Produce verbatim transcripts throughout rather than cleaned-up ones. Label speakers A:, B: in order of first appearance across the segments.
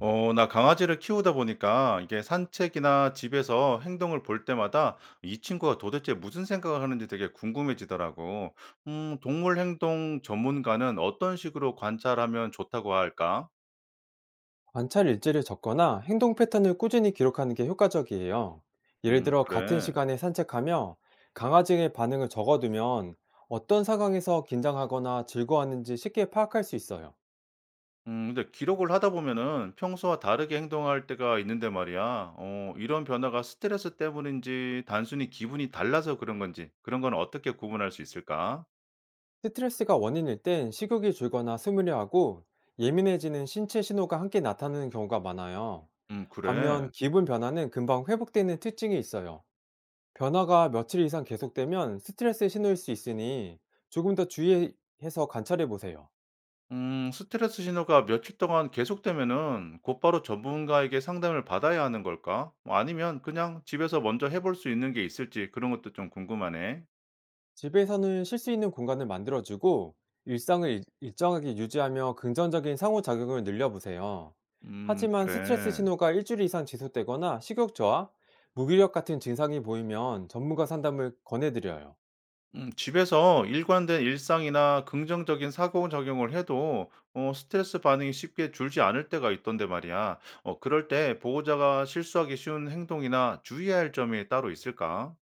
A: 어, 나 강아지를 키우다 보니까 이게 산책이나 집에서 행동을 볼 때마다 이 친구가 도대체 무슨 생각을 하는지 되게 궁금해지더라고. 음, 동물 행동 전문가는 어떤 식으로 관찰하면 좋다고 할까?
B: 관찰 일지를 적거나 행동 패턴을 꾸준히 기록하는 게 효과적이에요. 예를
A: 음,
B: 들어 같은
A: 그래.
B: 시간에 산책하며 강아지의 반응을 적어두면 어떤 상황에서 긴장하거나 즐거워하는지 쉽게 파악할 수 있어요.
A: 음, 근데 기록을 하다 보면은 평소와 다르게 행동할 때가 있는데 말이야. 어, 이런 변화가 스트레스 때문인지 단순히 기분이 달라서 그런 건지 그런 건 어떻게 구분할 수 있을까?
B: 스트레스가 원인일 땐 식욕이 줄거나 스물려 하고 예민해지는 신체 신호가 함께 나타나는 경우가 많아요.
A: 음, 그래.
B: 반면 기분 변화는 금방 회복되는 특징이 있어요. 변화가 며칠 이상 계속되면 스트레스 신호일 수 있으니 조금 더 주의해서 관찰해 보세요.
A: 음, 스트레스 신호가 며칠 동안 계속되면은 곧바로 전문가에게 상담을 받아야 하는 걸까? 뭐 아니면 그냥 집에서 먼저 해볼 수 있는 게 있을지 그런 것도 좀 궁금하네.
B: 집에서는 쉴 수 있는 공간을 만들어주고 일상을 일- 일정하게 유지하며 긍정적인 상호작용을 늘려보세요.
A: 음,
B: 하지만 스트레스
A: 그래.
B: 신호가 일주일 이상 지속되거나 식욕 저하, 무기력 같은 증상이 보이면 전문가 상담을 권해드려요.
A: 음, 집에서 일관된 일상이나 긍정적인 사고 적용을 해도 어, 스트레스 반응이 쉽게 줄지 않을 때가 있던데 말이야. 어, 그럴 때 보호자가 실수하기 쉬운 행동이나 주의해야 할 점이 따로 있을까?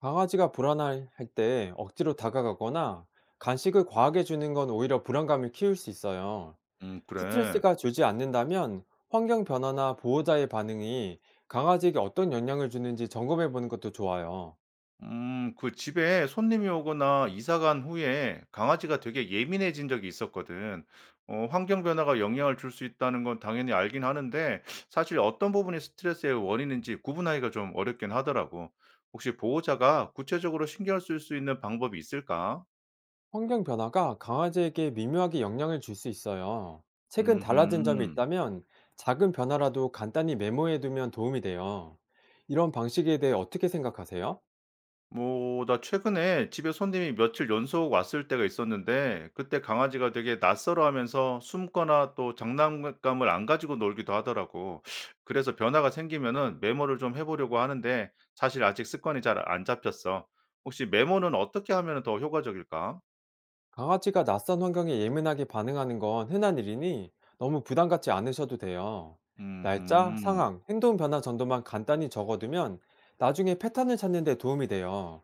B: 강아지가 불안할 때 억지로 다가가거나 간식을 과하게 주는 건 오히려 불안감을 키울 수 있어요.
A: 음, 그래.
B: 스트레스가 줄지 않는다면 환경 변화나 보호자의 반응이 강아지에게 어떤 영향을 주는지 점검해 보는 것도 좋아요.
A: 음, 그 집에 손님이 오거나 이사 간 후에 강아지가 되게 예민해진 적이 있었거든. 어, 환경 변화가 영향을 줄 수 있다는 건 당연히 알긴 하는데, 사실 어떤 부분이 스트레스의 원인인지 구분하기가 좀 어렵긴 하더라고. 혹시 보호자가 구체적으로 신경 쓸 수 있는 방법이 있을까?
B: 환경 변화가 강아지에게 미묘하게 영향을 줄 수 있어요. 최근 달라진 점이
A: 음.
B: 있다면 작은 변화라도 간단히 메모해 두면 도움이 돼요. 이런 방식에 대해 어떻게 생각하세요?
A: 뭐 나 최근에 집에 손님이 며칠 연속 왔을 때가 있었는데 그때 강아지가 되게 낯설어하면서 숨거나 또 장난감을 안 가지고 놀기도 하더라고. 그래서 변화가 생기면은 메모를 좀 해보려고 하는데 사실 아직 습관이 잘 안 잡혔어. 혹시 메모는 어떻게 하면 더 효과적일까?
B: 강아지가 낯선 환경에 예민하게 반응하는 건 흔한 일이니 너무 부담 갖지 않으셔도 돼요. 날짜,
A: 음,
B: 상황, 행동 변화 정도만 간단히 적어두면 나중에 패턴을 찾는 데 도움이 돼요.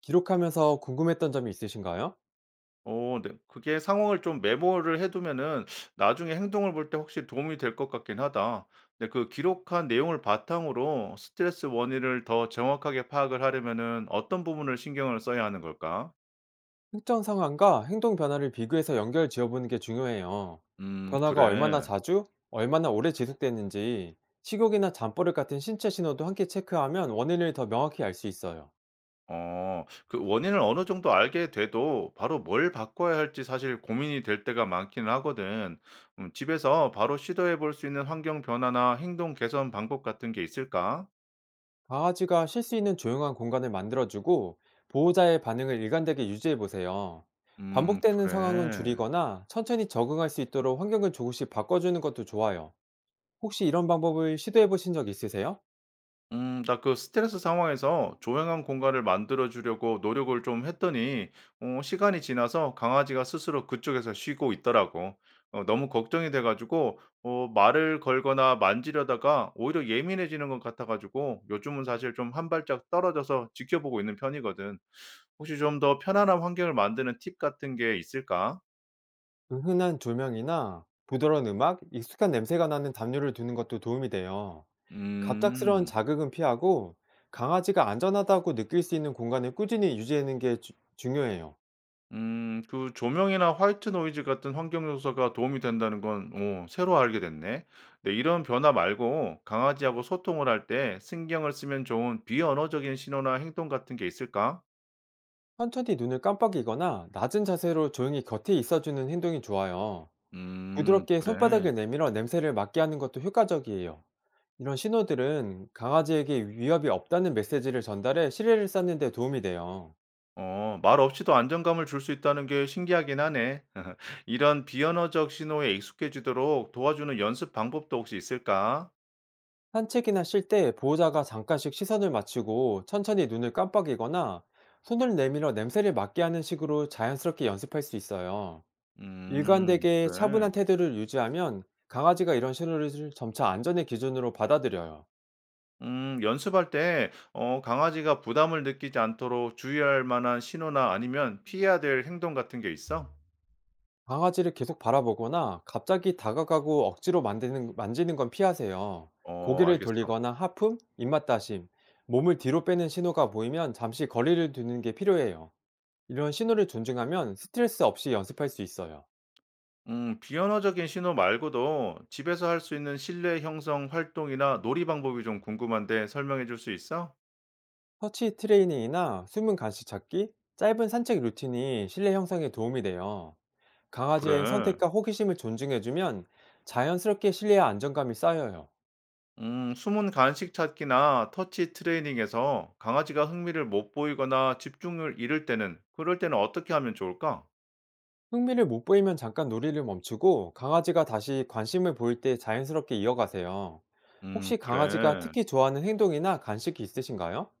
B: 기록하면서 궁금했던 점이 있으신가요?
A: 어 네. 그게 상황을 좀 메모를 해 두면은 나중에 행동을 볼 때 확실히 도움이 될 것 같긴 하다. 근데 그 기록한 내용을 바탕으로 스트레스 원인을 더 정확하게 파악을 하려면은 어떤 부분을 신경을 써야 하는 걸까?
B: 특정 상황과 행동 변화를 비교해서 연결 지어보는 게 중요해요.
A: 음
B: 변화가 얼마나
A: 그래.
B: 자주, 얼마나 오래 지속되는지, 식욕이나 잠버릇 같은 신체 신호도 함께 체크하면 원인을 더 명확히 알 수 있어요.
A: 어. 그 원인을 어느 정도 알게 돼도 바로 뭘 바꿔야 할지 사실 고민이 될 때가 많기는 하거든. 음 집에서 바로 시도해 볼 수 있는 환경 변화나 행동 개선 방법 같은 게 있을까?
B: 강아지가 쉴 수 있는 조용한 공간을 만들어주고 보호자의 반응을 일관되게 유지해보세요.
A: 음
B: 반복되는 상황은
A: 그래.
B: 줄이거나 천천히 적응할 수 있도록 환경을 조금씩 바꿔주는 것도 좋아요. 혹시 이런 방법을 시도해보신 적 있으세요?
A: 음, 나 그 스트레스 상황에서 조용한 공간을 만들어 주려고 노력을 좀 했더니, 어, 시간이 지나서 강아지가 스스로 그쪽에서 쉬고 있더라고. 어, 너무 걱정이 돼가지고, 어, 말을 걸거나 만지려다가 오히려 예민해지는 것 같아가지고, 요즘은 사실 좀 한 발짝 떨어져서 지켜보고 있는 편이거든. 혹시 좀 더 편안한 환경을 만드는 팁 같은 게 있을까?
B: 그 흔한 조명이나 부드러운 음악, 익숙한 냄새가 나는 담요를 두는 것도 도움이 돼요. 갑작스러운
A: 음.
B: 자극은 피하고 강아지가 안전하다고 느낄 수 있는 공간을 꾸준히 유지하는 게 주- 중요해요.
A: 음. 그 조명이나 화이트 노이즈 같은 환경 요소가 도움이 된다는 건 어 새로 알게 됐네. 네, 이런 변화 말고 강아지하고 소통을 할 때 신경을 쓰면 좋은 비언어적인 신호나 행동 같은 게 있을까?
B: 천천히 눈을 깜빡이거나 낮은 자세로 조용히 곁에 있어주는 행동이 좋아요.
A: 음.
B: 부드럽게
A: 그래.
B: 손바닥을 내밀어 냄새를 맡게 하는 것도 효과적이에요. 이런 신호들은 강아지에게 위협이 없다는 메시지를 전달해 신뢰를 쌓는 데 도움이 돼요.
A: 어. 말 없이도 안정감을 줄 수 있다는 게 신기하긴 하네. 이런 비언어적 신호에 익숙해지도록 도와주는 연습 방법도 혹시 있을까?
B: 산책이나 쉴 때 보호자가 잠깐씩 시선을 맞추고 천천히 눈을 깜빡이거나 손을 내밀어 냄새를 맡게 하는 식으로 자연스럽게 연습할 수 있어요.
A: 음.
B: 일관되게
A: 그래.
B: 차분한 태도를 유지하면 강아지가 이런 신호를 점차 안전의 기준으로 받아들여요.
A: 음, 연습할 때, 어, 강아지가 부담을 느끼지 않도록 주의할 만한 신호나 아니면 피해야 될 행동 같은 게 있어?
B: 강아지를 계속 바라보거나 갑자기 다가가고 억지로 만드는, 만지는 건 피하세요.
A: 어,
B: 고개를
A: 알겠어.
B: 돌리거나 하품, 입맛 다심, 몸을 뒤로 빼는 신호가 보이면 잠시 거리를 두는 게 필요해요. 이런 신호를 존중하면 스트레스 없이 연습할 수 있어요.
A: 음, 비언어적인 신호 말고도 집에서 할 수 있는 실내 형성 활동이나 놀이 방법이 좀 궁금한데 설명해 줄 수 있어?
B: 터치 트레이닝이나 숨은 간식 찾기, 짧은 산책 루틴이 신뢰 형성에 도움이 돼요. 강아지의
A: 그래.
B: 선택과 호기심을 존중해주면 자연스럽게 신뢰와 안정감이 쌓여요.
A: 음, 숨은 간식 찾기나 터치 트레이닝에서 강아지가 흥미를 못 보이거나 집중을 잃을 때는, 그럴 때는 어떻게 하면 좋을까?
B: 흥미를 못 보이면 잠깐 놀이를 멈추고 강아지가 다시 관심을 보일 때 자연스럽게 이어가세요.
A: 음,
B: 혹시 강아지가
A: 그래.
B: 특히 좋아하는 행동이나 간식이 있으신가요?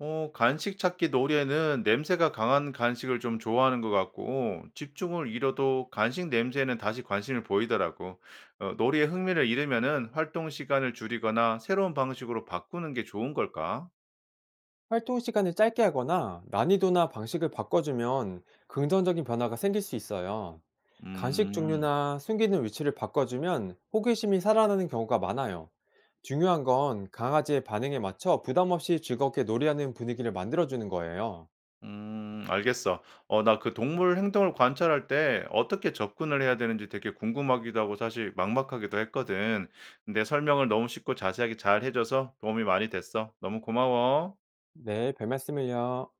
A: 어 간식 찾기 놀이에는 냄새가 강한 간식을 좀 좋아하는 것 같고 집중을 잃어도 간식 냄새에는 다시 관심을 보이더라고. 어, 놀이에 흥미를 잃으면은 활동 시간을 줄이거나 새로운 방식으로 바꾸는 게 좋은 걸까?
B: 활동 시간을 짧게 하거나 난이도나 방식을 바꿔주면 긍정적인 변화가 생길 수 있어요. 간식
A: 음.
B: 종류나 숨기는 위치를 바꿔주면 호기심이 살아나는 경우가 많아요. 중요한 건 강아지의 반응에 맞춰 부담 없이 즐겁게 놀이하는 분위기를 만들어주는 거예요.
A: 음, 알겠어. 어, 나 그 동물 행동을 관찰할 때 어떻게 접근을 해야 되는지 되게 궁금하기도 하고 사실 막막하기도 했거든. 근데 설명을 너무 쉽고 자세하게 잘 해줘서 도움이 많이 됐어. 너무 고마워.
B: 네, 별 말씀을요.